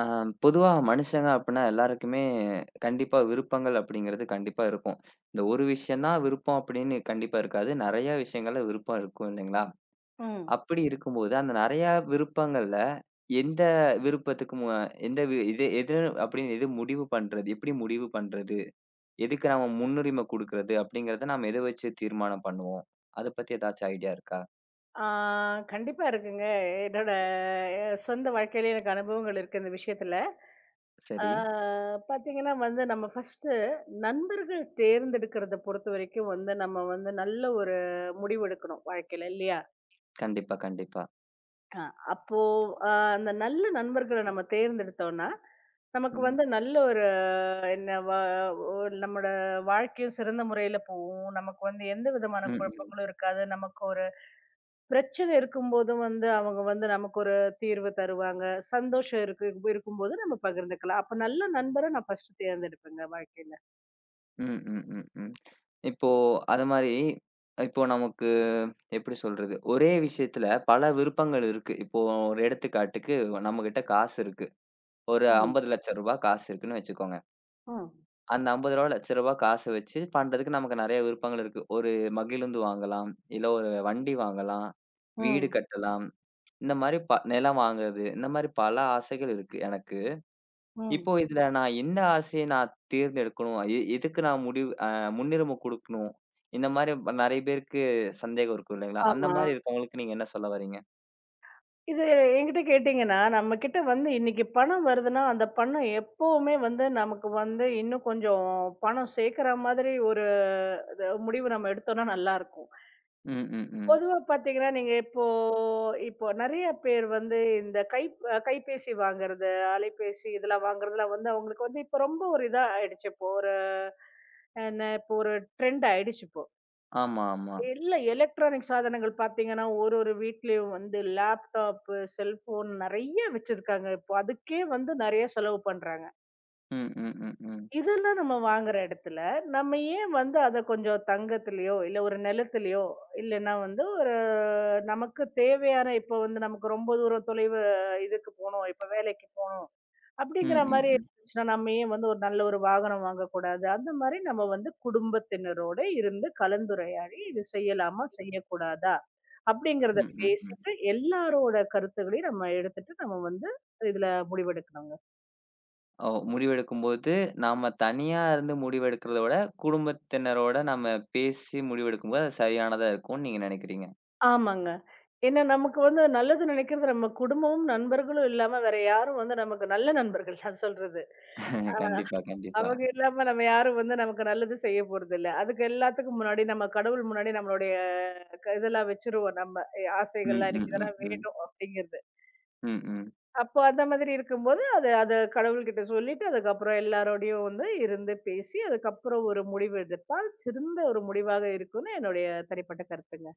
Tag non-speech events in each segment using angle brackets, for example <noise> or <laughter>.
ஆ, பொதுவா மனுஷங்க அப்டின்னா எல்லாருக்குமே கண்டிப்பா விருப்பங்கள் அப்டிங்கிறது கண்டிப்பா இருக்கும். இந்த ஒரு விஷயம் தான் விருப்பம் அப்டின்னு கண்டிப்பா இருக்காது. நெறைய விஷயங்கள்ல விருப்பம் இருக்கும் இல்லைங்களா? ம். அப்டி இருக்கும்போது அந்த நெறையா விருப்பங்கள்ல எந்த விருப்பத்துக்கு மு எந்த வி இது எது அப்டின்னு எது முடிவு பண்றது? எப்டி முடிவு பண்றது? எதுக்கு நம்ம முன்னுரிமை குடுக்குறது? அப்டிங்கிறத நாம எத வச்சு தீர்மானம் பண்ணுவோம்? அத பத்தி ஏதாச்சும் ஐடியா இருக்கா? ஆ கண்டிப்பா இருக்குங்க. என்னோட சொந்த வாழ்க்கையிலயே எனக்கு அனுபவங்கள் இருக்கு இந்த விஷயத்துல. ஆ சரி. பாத்தீங்கன்னா வந்து நம்ம ஃபர்ஸ்ட்டு நண்பர்கள் தேர்ந்தெடுக்கிறத பொறுத்தவரைக்கும் வந்து நம்ம வந்து நல்ல ஒரு முடிவு எடுக்கணும் வாழ்க்கையில இல்லையா? கண்டிப்பா, கண்டிப்பா. ஆ. அப்போ அ அந்த நல்ல நண்பர்கள நம்ம தேர்ந்தெடுத்தோம்னா, நமக்கு ம். வந்து நல்ல ஒரு என்ன வ ஒரு நம்மோட வாழ்க்கையும் சிறந்த முறையில போகும். நமக்கு வந்து எந்த விதமான ம். ம். குழப்பங்களும் இருக்காது. நமக்கு ஒரு பிரச்சனை இருக்கும்போதும் வந்து அவங்க வந்து நமக்கு ஒரு தீர்வு தருவாங்க. சந்தோஷம் இருக்கு இருக்கும்போது நம்ம பகிர்ந்துக்கலாம். அப்ப நல்ல நண்பர நான் ஃபர்ஸ்ட்டு தேர்ந்தெடுப்பேங்க வாழ்க்கையில. ம், ம், ம், ம். இப்போ அது மாரி, இப்போ நமக்கு எப்படி சொல்றது? ஒரே விஷயத்துல பல விருப்பங்கள் இருக்கு. இப்போ ஒரு எடுத்துக்காட்டுக்கு நம்மகிட்ட காசு இருக்கு. ஒரு ரூ. ம், 50,00,000 காசு இருக்குன்னு வச்சுக்கோங்க. ம், அந்த ரூ. 50,00,000 காச வச்சு பண்றதுக்கு நமக்கு நெறைய விருப்பங்கள் இருக்கு. ஒரு மகிழுந்து வாங்கலாம், இல்ல ஒரு வண்டி வாங்கலாம், வீடு ம், கட்டலாம், இந்த மாரி நிலம் வாங்குறது, இந்த மாரி பல ஆசைகள் இருக்கு எனக்கு. ம். இப்போ இதுல நான் எந்த ஆசைய நான் தேர்ந்தெடுக்கணும்? எதுக்கு நான் முடிவு அ முன்னுரிமை குடுக்கணும்? இந்த மாரி நெறைய பேருக்கு சந்தேகம் இருக்கும் இல்லைங்களா? அந்த ஆமா. மாரி இருக்கவங்களுக்கு நீங்க என்ன சொல்ல வரீங்க? இது என்கிட்ட கேட்டீங்கன்னா, நம்மகிட்ட வந்து இன்னைக்கு பணம் வருதுன்னா, அந்த பணம் எப்பவுமே வந்து நமக்கு வந்து இன்னும் கொஞ்சம் பணம் சேர்க்கிற மாதிரி ஒரு இது முடிவு நம்ம எடுத்தோம்னா நல்லாருக்கும். ம், ம், ம். பொதுவா பார்த்தீங்கன்னா, நீங்க இப்போ இப்போ நெறைய பேர் வந்து இந்த கை அ கைபேசி வாங்குறது, அலைபேசி இதெல்லாம் வாங்குறதெல்லாம் வந்து அவங்களுக்கு வந்து இப்ப ரொம்ப ஒரு இதா ஆயிடுச்சு. இப்போ ஒரு என்ன இப்போ ஒரு ட்ரெண்ட் ஆயிடுச்சு இப்போ. ஆமா, ஆமா. எல்லா எலக்ட்ரானிக் சாதனங்கள் பார்த்தீங்கன்னா, ஒரு ஒரு வீட்லயும் வந்து லேப்டாப்பு, செல்ஃபோன் நெறைய வச்சிருக்காங்க. இப்போ அதுக்கே வந்து நெறைய செலவு பண்றாங்க. ம், ம், ம், ம். இதெல்லாம் நம்ம வாங்குற இடத்துல, நம்ம ஏன் வந்து அத கொஞ்சம் தங்கத்திலயோ, இல்ல ஒரு நிலத்திலயோ, இல்லன்னா வந்து ஒரு நமக்கு தேவையான இப்ப வந்து நமக்கு ரொம்ப தூரம் தொலைவு இதுக்கு போணும், இப்ப வேலைக்கு போணும், ம், அப்படிங்கிற மாரி ம், ம். இருந்துச்சுன்னா, நம்ம ஏன் வந்து ஒரு நல்ல ஒரு வாகனம் வாங்கக்கூடாது? அந்த மாரி நம்ம வந்து குடும்பத்தினரோட இருந்து கலந்துரையாடி, "இது செய்யலாமா? செய்யக்கூடாதா?" ம், அப்படிங்கிறத ம், ம். பேசிட்டு, எல்லாரோட கருத்துக்களையும் நம்ம எடுத்துட்டு, நம்ம வந்து இதுல முடிவெடுக்கணுங்க. ஓ! முடிவெடுக்கும்போது, நாம தனியா இருந்து முடிவெடுக்கிறத விட, குடும்பத்தினரோட நம்ம பேசி முடிவெடுக்கும்போது, அது சரியானதா இருக்கும்னு நீங்க நெனைக்கிறீங்க. ஆமாங்க. ஏன்னா நமக்கு வந்து நல்லது நினைக்கிறது நம்ம குடும்பமும், நண்பர்களும் இல்லாம வேற யாரும் வந்து நமக்கு நல்ல நண்பர்கள் நான் சொல்றது. <laughs> கண்டிப்பா, கண்டிப்பா. அவங்க இல்லாம நம்ம யாரும் வந்து நமக்கு நல்லது செய்ய போறதில்ல. அதுக்கு எல்லாத்துக்கும் முன்னாடி நம்ம கடவுள் முன்னாடி நம்மளுடைய இதெல்லாம் வச்சுருவோம் நம்ம. ம், ஆசைகள்லாம் எனக்கு ம், ம், இதெல்லாம் ம். வேணும் அப்படிங்கிறது. ம், ம். அப்போ அந்த மாதிரி இருக்கும்போது அத அத கடவுள்கிட்ட சொல்லிட்டு அதுக்கப்புறம் எல்லாரோடையும் வந்து இருந்து பேசி அதுக்கப்புறம் ஒரு முடிவு எடுத்தால் சிறந்த ஒரு முடிவாக இருக்கும்னு என்னுடைய தனிப்பட்ட கருத்துங்க.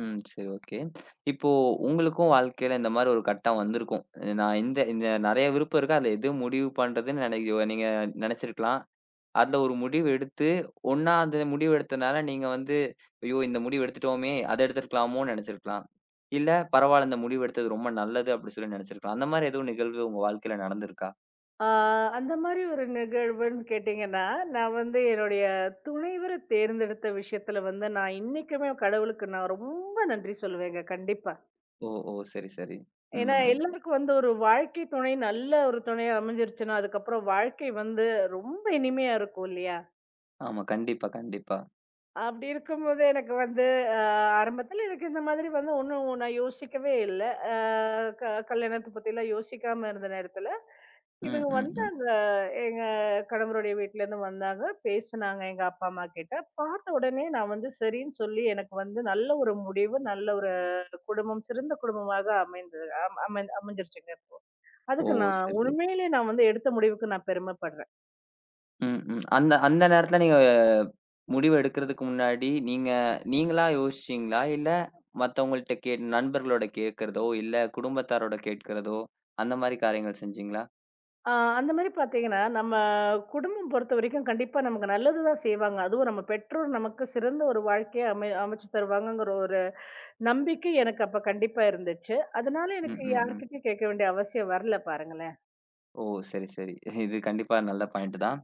ம். சரி, ஓகே. இப்போ உங்களுக்கும் வாழ்க்கையில இந்த மாரி ஒரு கட்டம் வந்திருக்கும். நான் இந்த இந்த நெறைய விருப்பம் இருக்கு. அதுல எது முடிவு பண்றதுன்னு நெனைக்க நீங்க நெனச்சிருக்கலாம். அதுல ஒரு முடிவு எடுத்து, ஒண்ணா அந்த முடிவு எடுத்தனால நீங்க வந்து, "ஐயோ! இந்த முடிவு எடுத்துட்டோமே! அத எடுத்திருக்கலாமோன்னு" நெனச்சிருக்கலாம். இல்ல பரவால்ல இந்த முடிவு எடுத்தது ரொம்ப நல்லது அப்டி சொல்லி நெனச்சிருக்கலாம். அந்த மாரி எதுவும் நிகழ்வு உங்க வாழ்க்கையில நடந்திருக்கா? ஆ, அந்த மாதிரி ஒரு நிகழ்வுன்னு கேட்டிங்கன்னா, நான் வந்து என்னுடைய துணைவர தேர்ந்தெடுத்த விஷயத்துல வந்து, நான் இன்னைக்குமே கடவுளுக்கு நான் ரொம்ப நன்றி சொல்லுவேங்க கண்டிப்பா. ஓ! ஓ! சரி, சரி. ம், ஏன்னா ம். எல்லாருக்கும் வந்து ஒரு வாழ்க்கை துணை நல்ல ஒரு துணையா அமைஞ்சிருச்சுன்னா, அதுக்கப்புறம் வாழ்க்கை வந்து ரொம்ப இனிமையா இருக்கும் இல்லையா? ஆமா. கண்டிப்பா, கண்டிப்பா. அப்படி இருக்கும்போது எனக்கு வந்து அ ஆரம்பத்தில எனக்கு இந்த மாதிரி வந்து ஒண்ணும் நான் யோசிக்கவே இல்ல. அ க கல்யாணத்த பத்திலாம் யோசிக்காம இருந்த நேரத்துல, ம், இவங்க ம், ம். வந்தாங்க. எங்க கணவருடைய வீட்லேருந்து வந்தாங்க. பேசுனாங்க எங்க அப்பா, அம்மா கிட்ட. பார்த்த உடனே நான் வந்து சரின்னு சொல்லி எனக்கு வந்து நல்ல ஒரு முடிவு, நல்ல ஒரு குடும்பம், சிறந்த குடும்பமாக அமைந்தது அமைஞ்சிருச்சுங்க இப்போ. ஓ! அதுக்கு நான் சரி. உண்மையிலே நான் வந்து எடுத்த முடிவுக்கு நான் பெருமைப்படுறேன். ம், ம். அந்த அந்த நேரத்துல நீங்க முடிவு எடுக்கிறதுக்கு முன்னாடி, நீங்களா யோசிச்சீங்களா? இல்ல மத்தவங்கள்ட்ட நண்பர்களோட கேட்கிறதோ, இல்ல குடும்பத்தாரோட கேட்கிறதோ, அந்த மாரி காரியங்கள் செஞ்சீங்களா? ஆ அந்த மாரி பார்த்தீங்கன்னா, நம்ம குடும்பம் பொறுத்தவரைக்கும் கண்டிப்பா நமக்கு நல்லது தான் செய்வாங்க. அதுவும் நம்ம பெற்றோர் நமக்கு சிறந்த ஒரு வாழ்க்கைய அமைச்சு தருவாங்கங்கிற ஒரு நம்பிக்கை எனக்கு அப்ப கண்டிப்பா இருந்துச்சு. அதனால ம், எனக்கு ம், ம். யார்கிட்டயும் கேட்க வேண்டிய அவசியம் வரல பாருங்களேன். ஓ! சரி, சரி. இது கண்டிப்பா நல்ல பாயிண்ட் தான்.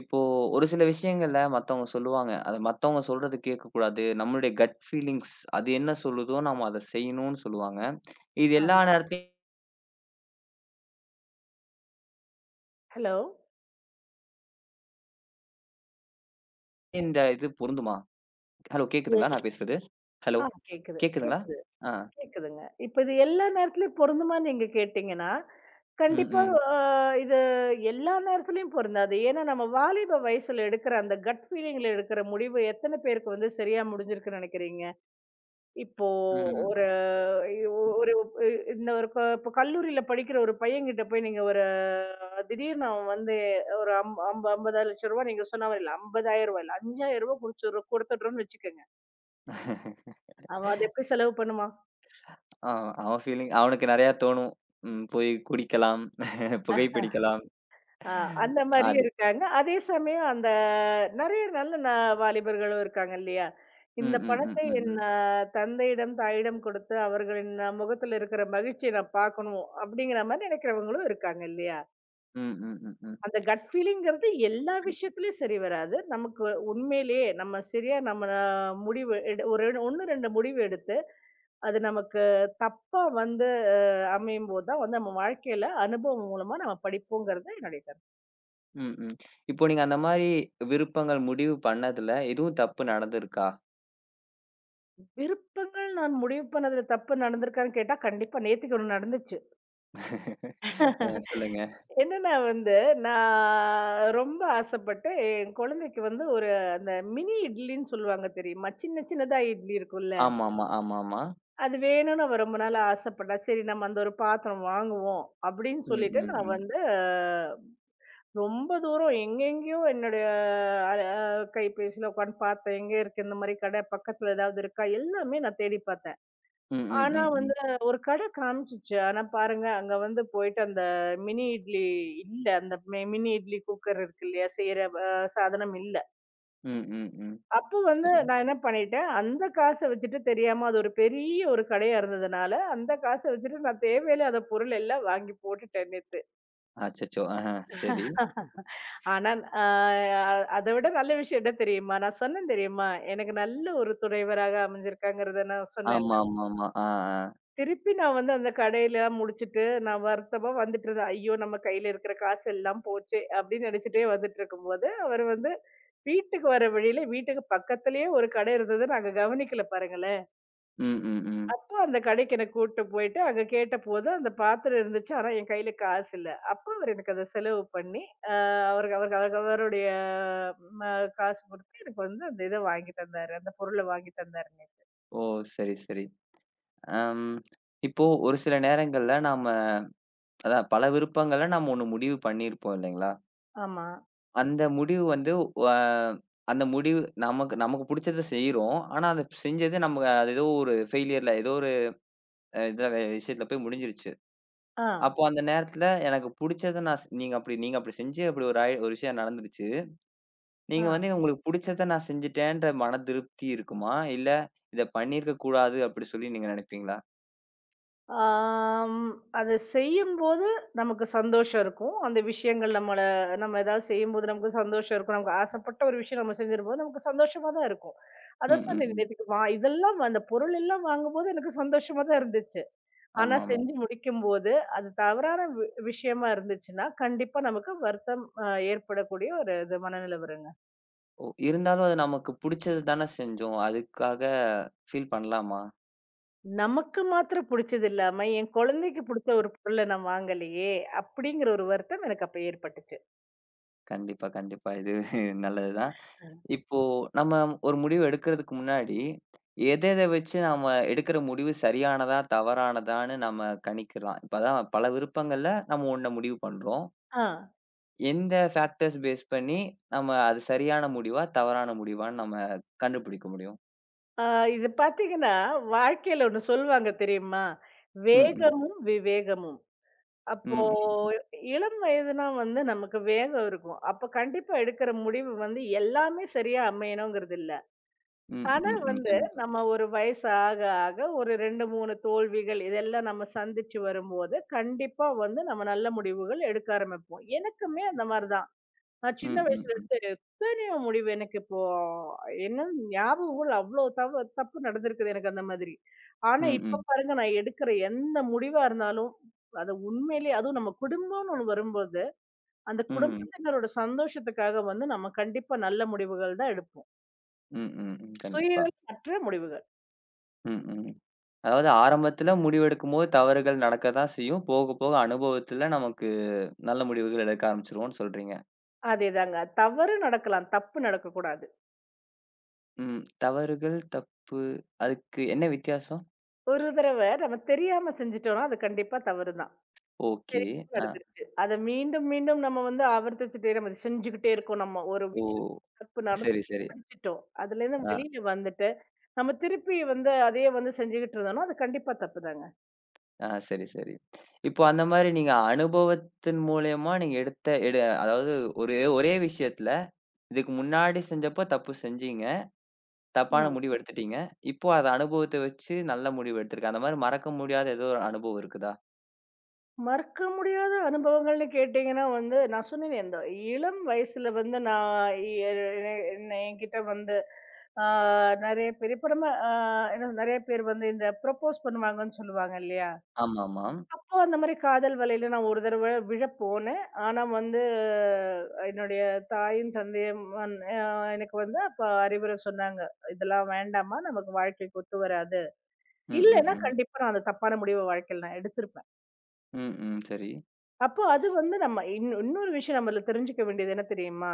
இப்போ ஒரு சில விஷயங்கள்ல மத்தவங்க சொல்லுவாங்க. அத மத்தவங்க சொல்றது கேட்கக்கூடாது. நம்மளுடைய கட் ஃபீலிங்ஸ் அது என்ன சொல்லுதோ, நாம அத செய்யணும்னு சொல்லுவாங்க. இது எல்லா ஆமா. நேரத்துலயும் ஹலோ. இது பொருந்துமா? ஹலோ எ கேக்குதுங்களா நான் பேசுறது? ஹலோ ஆ கேக்குது, கேக்குதுங்களா? கேக்குது, ஆ. கேக்குதுங்க. இப்ப இது எல்லா நேரத்துலயும் பொருந்துமான்னு நீங்க கேட்டீங்கன்னா, ம், கண்டிப்பா ம், அ இது எல்லா நேரத்துலயும் பொருந்தாது. ஏன்னா நம்ம வாலிப வயசுல எடுக்கிற அந்த கட் ஃபீலிங்ல எடுக்கிற முடிவு எத்தன பேருக்கு வந்து சரியா முடிஞ்சிருக்குன்னு நெனைக்கிறீங்க? இப்போ ம். ஒரு ஒரு இந்த ஒரு க இப்ப கல்லூரியில படிக்கிற ஒரு பையன்கிட்ட போய் நீங்க ஒரு திடீர்னு அவன் வந்து ஒரு அம் அம்ப ₹50,00,000 நீங்க சொன்ன மாரி இல்ல. ₹50,000 இல்ல. ₹5,000 குடுத்துடுறோம் குடுத்துடுறோம்னு வச்சுக்கங்க. <laughs> அவன் அத எப்படி செலவு பண்ணுவான்? ஆ அவன் ஃபீலிங் அவனுக்கு நெறையா தோணும். போய் குடிக்கலாம், <laughs> புகைப்பிடிக்கலாம். அ அந்த மாரியும் அது. இருக்காங்க. அதே சமயம் அந்த நெறைய நல்ல ந வாலிபர்களும் இருக்காங்க இல்லையா? ம், இந்த ம், ம், பணத்தை ம், என் ம். அ தந்தையிடம், தாயிடம் கொடுத்து அவர்களின் முகத்துல இருக்கிற மகிழ்ச்சிய நான் பார்க்கணும் அப்படிங்கிற மாரி நினைக்கிறவங்களும் இருக்காங்க இல்லையா? ம், ம், ம், ம். அந்த கட் ஃபீலிங்கிறது எல்லா விஷயத்துலயும் சரி வராது. நமக்கு உண்மையிலேயே நம்ம சரியா நம்ம முடிவு எடு ஒரு 1, 2 முடிவு எடுத்து, அது நமக்கு தப்பா வந்து அ அமையும்போது தான் வந்து நம்ம வாழ்க்கையில அனுபவம் மூலமா நம்ம படிப்போங்கிறது என்னுடைய கருத்து. ம், ம். இப்போ நீங்க அந்த மாரி விருப்பங்கள் முடிவு பண்ணதுல எதுவும் தப்பு நடந்திருக்கா? விருப்பங்கள் நான் முடிவு பண்ணதுல தப்பு நடந்திருக்கான்னு கேட்டா, கண்டிப்பா நேத்திக்கு ஒண்ணு நடந்துச்சு. சொல்லுங்க. என்னன்னா வந்து, நான் ரொம்ப ஆசைப்பட்டு என் குழந்தைக்கு வந்து ஒரு அந்த மினி இட்லின்னு சொல்லுவாங்க தெரியுமா? சின்ன சின்னதா இட்லி இருக்கும்ல. ஆமாமா, ஆமாமா. அது வேணும்னு அவ ரொம்ப நாள் ஆசைப்பட்டா. சரி நம்ம அந்த ஒரு பாத்திரம் வாங்குவோம் அப்படின்னு ம், சொல்லிட்டு ம், நான் ம். வந்து ரொம்ப தூரம் எங்கெங்கேயோ என்னுடைய அ கைபேசியில உட்காந்து பார்த்தேன். எங்க இருக்கு இந்த மாரி கடை? பக்கத்துல ஏதாவது இருக்கா? எல்லாமே நான் தேடி பார்த்தேன். ம், ம், ஆனா ம், வந்து ம். ஒரு கடை காமிச்சுச்சு. ஆனா பாருங்க அங்க வந்து போயிட்டு அந்த மினி இட்லி இல்ல. அந்த மினி இட்லி குக்கர் இருக்கு இல்லையா? செய்யற சாதனம் இல்ல. ம், ம், ம். அப்போ வந்து சரி. நான் என்ன பண்ணிட்டேன், அந்த காச வச்சுட்டு தெரியாம அது ஒரு பெரிய ஒரு கடையா இருந்ததுனால, அந்த காச வச்சுட்டு நான் தேவையில்லாத பொருள் எல்லாம் வாங்கி போட்டுட்டேன் நேத்து. அச்சச்சோ! சரி. ஆனா அ அத விட நல்ல விஷயம் என்ன தெரியுமா? நான் சொன்னேன் தெரியுமா? எனக்கு நல்ல ஒரு துணைவராக அமைஞ்சிருக்காங்கிறத நான் சொன்னேன்ல. ஆமாமாமா. ஆ, ஆ. திருப்பி நான் வந்து அந்த கடையில முடிச்சுட்டு, நான் வருத்தமா வந்துட்டு இருந்தேன். ஐயோ! நம்ம கையில இருக்கிற காசு எல்லாம் போச்சே! அப்படின்னு நினைச்சிட்டே வந்துட்டு இருக்கும்போது, அவர் வந்து வீட்டுக்கு வர வழியில வீட்டுக்கு பக்கத்திலேயே ஒரு கடை இருந்தது நாங்க கவனிக்கல பாருங்களேன். ம், ம், ம். அப்போ அந்த கடைக்கு என்ன கூட்டு போயிட்டு, அங்க கேட்டபோது அந்த பாத்திரம் இருந்துச்சு. ஆனா என் கையில காசு இல்ல. அப்ப அவரு எனக்கு அத செலவு பண்ணி, அ அவரு அவரு அவரு அவருடைய ம காசு குடுத்து எனக்கு வந்து அந்த இத வாங்கி தந்தாரு. அந்த பொருள வாங்கி தந்தாருங்க. ஓ! சரி, சரி. அம் இப்போ ஒரு சில நேரங்கள்ல நாம அதான் பல விருப்பங்கள நம்ம ஒண்ணு முடிவு பண்ணியிருப்போம் இல்லைங்களா? ஆமா. அந்த முடிவு வந்து வ அந்த முடிவு நமக்கு நமக்கு புடிச்சத செய்றோம். ஆனா அத செஞ்சது நம்ம அது ஏதோ ஒரு ஃபெயிலியர்ல ஏதோ ஒரு இத விஷயத்துல போய் முடிஞ்சிருச்சு. ஆ. அப்போ அந்த நேரத்துல எனக்கு புடிச்சத நான் ஸ் நீங்க அப்படி நீங்க அப்படி செஞ்சு அப்படி ஒரு ஒரு விஷயம் நடந்துருச்சு. ஆ. நீங்க வந்து உங்களுக்கு புடிச்சத நான் செஞ்சுட்டேன்ற மன திருப்தி இருக்குமா? இல்ல இத பண்ணியிருக்க கூடாது அப்படி சொல்லி நீங்க நினைப்பீங்களா? ஆம். அத செய்யும்போது நமக்கு சந்தோஷம் இருக்கும். அந்த விஷயங்கள் நம்மள நம்ம ஏதாவது செய்யும்போது நமக்கு சந்தோஷம் இருக்கும். நமக்கு ஆசைப்பட்ட ஒரு விஷயம் நம்ம செஞ்சிருப்போது நமக்கு சந்தோஷமா தான் இருக்கும். ம், அதான் ம், சொன்னேன் ம். நேத்துக்கு இதெல்லாம் அந்த பொருள் எல்லாம் வாங்கும்போது எனக்கு சந்தோஷமா தான் இருந்துச்சு. ஆனா ஆமாமா. செஞ்சு முடிக்கும்போது, அது தவறான விஷயமா இருந்துச்சுன்னா, கண்டிப்பா நமக்கு வருத்தம் ஏற்படக்கூடிய ஒரு இது மனநிலை வருங்க. இருந்தாலும் அது நமக்கு புடிச்சது தான செஞ்சோம். அதுக்காக ஃபீல் பண்ணலாமா? நமக்கு மாத்திரம் புடிச்சது இல்லாம, என் குழந்தைக்கு புடிச்ச ஒரு பொருள நான் வாங்கலையே! அப்படிங்கிற ஒரு வருத்தம் எனக்கு அப்ப ஏற்பட்டுச்சு. கண்டிப்பா, கண்டிப்பா. இது <laughs> நல்லது தான். ம். இப்போ நம்ம ஒரு முடிவு எடுக்கிறதுக்கு முன்னாடி, எத எத வச்சு நாம எடுக்கிற முடிவு சரியானதா, தவறானதான்னு நம்ம கணிக்கலாம். இப்ப அதான் பல விருப்பங்கள்ல நம்ம ஒண்ண முடிவு பண்றோம். ஆ. எந்த ஃபேக்டர்ஸ் பேஸ் பண்ணி நம்ம அது சரியான முடிவா, தவறான முடிவான்னு நம்ம கண்டுபிடிக்க முடியும்? ஆ இது பார்த்தீங்கன்னா, வாழ்க்கையில ஒண்ணு சொல்லுவாங்க தெரியுமா? ம், ம். வேகமும், விவேகமும். அப்போ ம், ம். இளம் வயதுனா வந்து நமக்கு வேகம் இருக்கும். அப்ப கண்டிப்பா எடுக்கிற முடிவு வந்து எல்லாமே சரியா அமையணுங்கிறது இல்ல. ம், ஆனா ம், ம். வந்து கண்டிப்பா. நம்ம ஒரு வயசு ஆக ஆக ஒரு 2, 3 தோல்விகள் இதெல்லாம் நம்ம சந்திச்சு வரும்போது, கண்டிப்பா வந்து நம்ம நல்ல முடிவுகள் எடுக்க ஆரம்பிப்போம். எனக்குமே அந்த மாரி தான். நான் சின்ன ம், ம், வயசுல ம். இருந்து எத்தனையோ முடிவு எனக்கு இப்போ என்ன ஞாபகங்கள் அவ்ளோ தப்பு நடந்திருக்குது எனக்கு அந்த மாதிரி. ஆனா ம், இப்ப ம். பாருங்க நான் எடுக்கிற எந்த முடிவா இருந்தாலும், அது உண்மையிலேயே அதுவும் நம்ம குடும்பம்னு ஒண்ணு வரும்போது, அந்த ம். குடும்பத்தினரோட சந்தோஷத்துக்காக வந்து நம்ம கண்டிப்பா நல்ல முடிவுகள் தான் எடுப்போம். ம், ம், ம். கண்டிப்பா. சுயநலமற்ற முடிவுகள். ம், ம். அதாவது ஆரம்பத்துல முடிவெடுக்கும்போது தவறுகள் நடக்க தான் செய்யும். போக, போக அனுபவத்துல நமக்கு நல்ல முடிவுகள் எடுக்க ஆரம்பிச்சுருவோம்ன்னு சொல்றீங்க. அதேதாங்க. தவறு நடக்கலாம். தப்பு நடக்கக்கூடாது. ம். தவறுகள், தப்பு அதுக்கு என்ன வித்தியாசம்? ஒரு தடவ நம்ம தெரியாம செஞ்சுட்டோம்னா, அது கண்டிப்பா தவறு தான். ஓகே. தெரியாம அ. நடந்துருச்சு. அத மீண்டும், மீண்டும் நம்ம வந்து ஆவர்த்திச்சுட்டே நம்ம அத செஞ்சுகிட்டே இருக்கோம். நம்ம ஒரு ஓ! விஷயம் தப்பு நடந்து சரி, சரி. படிச்சுட்டோம். அதுலேருந்து அ, வெளியில வந்துட்டு, நம்ம திருப்பி வந்து அதையே வந்து செஞ்சுகிட்டு இருந்தோம்னா, அது கண்டிப்பா தப்புதாங்க. அ. சரி, சரி. இப்போ அந்த மாரி நீங்க அனுபவத்தின் மூலியமா நீங்க எடுத்த எடு அதாவது ஒரே ஒரே விஷயத்துல இதுக்கு முன்னாடி செஞ்சப்போ தப்பு செஞ்சீங்க. தப்பான ம். முடிவு எடுத்துட்டீங்க. இப்போ அத அனுபவத்த வச்சு நல்ல முடிவு எடுத்திருக்கேன். அந்த மாரி மறக்க முடியாத ஏதோ ஒரு அனுபவம் இருக்குதா? மறக்க முடியாத அனுபவங்கள்னு கேட்டீங்கன்னா வந்து, நான் சொன்னேனே இந்த இளம் வயசுல வந்து நான் எ எ என்ன என்கிட்ட வந்து ஆ நெறைய பேர் இப்ப நம்ம ஆ என்ன நெறைய பேர் வந்து இந்த ப்ரொப்போஸ் பண்ணுவாங்கன்னு சொல்லுவாங்க இல்லையா? ஆமாமா. அப்போ அந்த மாரி காதல் வலையில நான் ஒரு தடவ விழ போனேன். ஆனா வந்து என்னுடைய தாயும், தந்தையும் வந் அ எனக்கு வந்து அப்ப அறிவுரை சொன்னாங்க. "இதெல்லாம் வேண்டாம்மா, நமக்கு வாழ்க்கைக்கு ஒத்து வராது. ம், ம், இல்லன்னா ம். கண்டிப்பா நான் அந்த தப்பான முடிவ வாழ்க்கையில நான் எடுத்திருப்பேன்." ம், ம். சரி. அப்போ அது வந்து நம்ம இன்னொரு விஷயம் நம்மள தெரிஞ்சுக்க வேண்டியது என்ன தெரியுமா?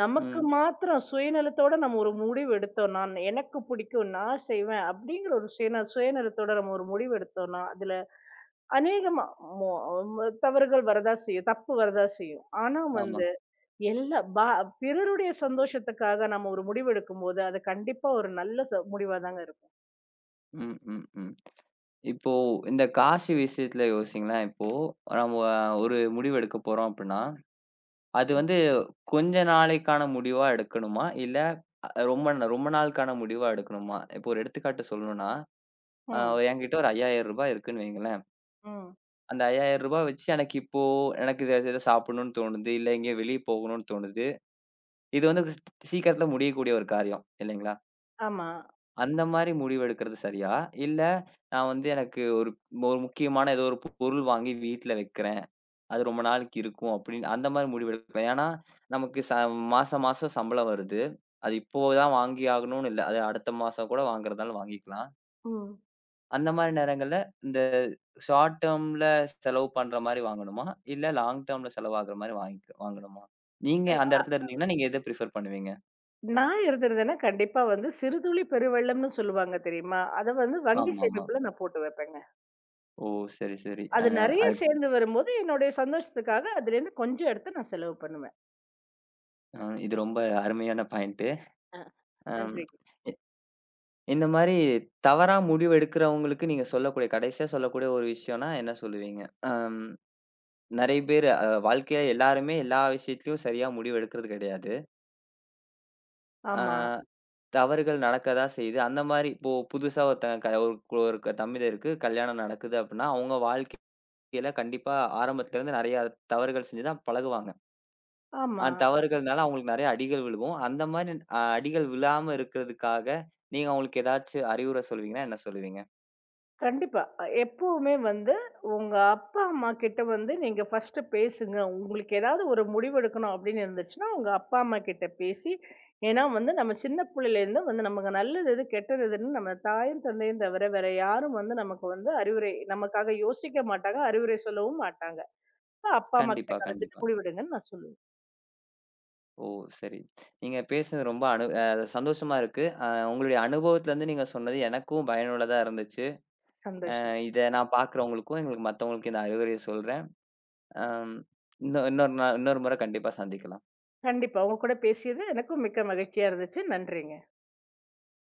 நமக்கு ம். மாத்திரம் சுயநலத்தோட நம்ம ஒரு முடிவு எடுத்தோம்னா, எனக்கு பிடிக்கும், நான் செய்வேன் அப்படிங்கிற ஒரு சுயநலத்தோட நம்ம ஒரு முடிவு எடுத்தோம்னா, அதுல அநேகமா மோ ம தவறுகள் வரதான் செய்யும். தப்பு வரதான் செய்யும். ஆனா ஆமா. வந்து எல்லா பா பிறருடைய சந்தோஷத்துக்காக நம்ம ஒரு முடிவு எடுக்கும்போது, அது கண்டிப்பா ஒரு நல்ல முடிவா தாங்க இருக்கும். ம், ம், ம். இப்போ இந்த காசு விஷயத்துல யோசிங்களேன். இப்போ நம்ம ஒரு முடிவு எடுக்க போறோம் அப்டின்னா, அது வந்து கொஞ்ச நாளைக்கான முடிவா எடுக்கணுமா? இல்ல ரொம்ப ரொம்ப நாளுக்கான முடிவா எடுக்கணுமா? இப்போ ஒரு எடுத்துக்காட்டு சொல்லணும்னா, அ ம். என்கிட்ட ஒரு ரூ. 5,000 இருக்குன்னு வைங்களேன். ம். அந்த ரூ. 5,000 வச்சு எனக்கு இப்போ எனக்கு இத ஏதோ சாப்பிடணும்னு தோணுது. இல்ல எங்கேயோ வெளிய போகணும்னு தோணுது. இது வந்து சீக்கிரத்தில முடியக்கூடிய ஒரு காரியம் இல்லைங்களா? ஆமா. அந்த மாரி முடிவெடுக்கிறது சரியா? இல்ல நான் வந்து எனக்கு ஒரு ஒரு முக்கியமான ஏதோ ஒரு பொருள் வாங்கி வீட்ல வைக்கிறேன். அது ரொம்ப நாளைக்கு இருக்கும் அப்படின்னு அந்த மாரி முடிவெடுக்கிறேன். ஏன்னா நமக்கு மாசம் மாசம் சம்பளம் வருது. அது இப்போ தான் வாங்கி ஆகணும்னு இல்ல. அது அடுத்த மாசம் கூட வாங்குறதாலும் வாங்கிக்கலாம். ம். அந்த மாரி நேரங்கள்ல, இந்த ஷார்ட் டெர்ம்ல செலவு பண்ற மாரி வாங்கணுமா? இல்ல லாங் டெர்ம்ல செலவாகுற மாரி வாங்கணுமா? நீங்க அந்த இடத்துல இருந்தீங்கன்னா, நீங்க எத பிரிஃபர் பண்ணுவீங்க? நான் இருந்திருந்தேன்னா, கண்டிப்பா வந்து சிறுதுளி பெருவெள்ளம்னு சொல்லுவாங்க தெரியுமா? அத வந்து வங்கி ஆமாமா. சேமிப்புல நான் போட்டு வைப்பேங்க. ஓ! சரி, சரி. அ அது நெறைய அதுக் சேர்ந்து வரும்போது, என்னுடைய சந்தோஷத்துக்காக அதுலேருந்து கொஞ்சம் எடுத்து நான் செலவு பண்ணுவேன். அ இது ரொம்ப அருமையான பாயிண்ட்டு. அ அம் நன்றிங்க. இ இந்த மாரி தவறா முடிவு எடுக்கிறவங்களுக்கு நீங்க சொல்லக்கூடிய கடைசியா சொல்லக்கூடிய ஒரு விஷயம்னா என்ன சொல்லுவீங்க? அம் நெறைய பேரு வாழ்க்கையில எல்லாருமே எல்லா விஷயத்திலயும் சரியா முடிவு எடுக்கிறது கிடையாது. அ ஆமா, தவறுகள் நடக்க தான் செய்யுது. அந்த மாரி இப்போ புதுசா ஒருத்தங்க க ஒரு கு- ஒரு க- தம்பதியருக்கு கல்யாணம் நடக்குது அப்டின்னா, அவங்க வாழ்க்கையில கண்டிப்பா ஆரம்பத்துலருந்து நெறைய தவறுகள் செஞ்சு தான் பழகுவாங்க. ஆமா. அந்த தவறுகள்னால அவங்களுக்கு நெறைய அடிகள் விழுகும். அந்த மாரி அடிகள் விழாம இருக்கிறதுக்காக, நீங்க அவங்களுக்கு ஏதாச்சும் அறிவுரை சொல்லுவீங்கன்னா, என்ன சொல்லுவீங்க? கண்டிப்பா. எப்பவுமே வந்து உங்க அப்பா, அம்மா கிட்ட வந்து நீங்க ஃபர்ஸ்ட்டு பேசுங்க. உங்களுக்கு ஏதாவது ஒரு முடிவெடுக்கணும் அப்படின்னு இருந்துச்சுன்னா, உங்க அப்பா, அம்மா கிட்ட பேசி ஏன்னா வந்து நம்ம சின்ன புள்ளையிலேருந்து வந்து நமக்கு நல்லது எது, கெட்டது எதுன்னு நம்ம தாயும், தந்தையும் தவிர வேற யாரும் வந்து நமக்கு வந்து அறிவுரை நமக்காக யோசிக்க மாட்டாங்க. அறிவுரை சொல்லவும் மாட்டாங்க. அப்ப அப்பா, அம்மா கிட்ட கண்டிப்பா, கலந்துட்டு கண்டிப்பா. முடிவெடுங்கன்னு நான் சொல்லுவேன். ஓ! சரி. நீங்க பேசுனது ரொம்ப அனு அ சந்தோஷமா இருக்கு. உங்களுடைய அனுபவத்துலருந்து நீங்க சொன்னது எனக்கும் பயனுள்ளதா இருந்துச்சு. சந்தோஷம். இத நான் பார்க்குறவங்களுக்கும், எங்களுக்கு மத்தவங்களுக்கும் இந்த அறிவுரைய சொல்றேன். ஆம். இன்னும் இன்னொரு முறை கண்டிப்பா சந்திக்கலாம். கண்டிப்பா. உங்க கூட பேசியது எனக்கும் மிக்க மகிழ்ச்சியா இருந்துச்சு. நன்றிங்க.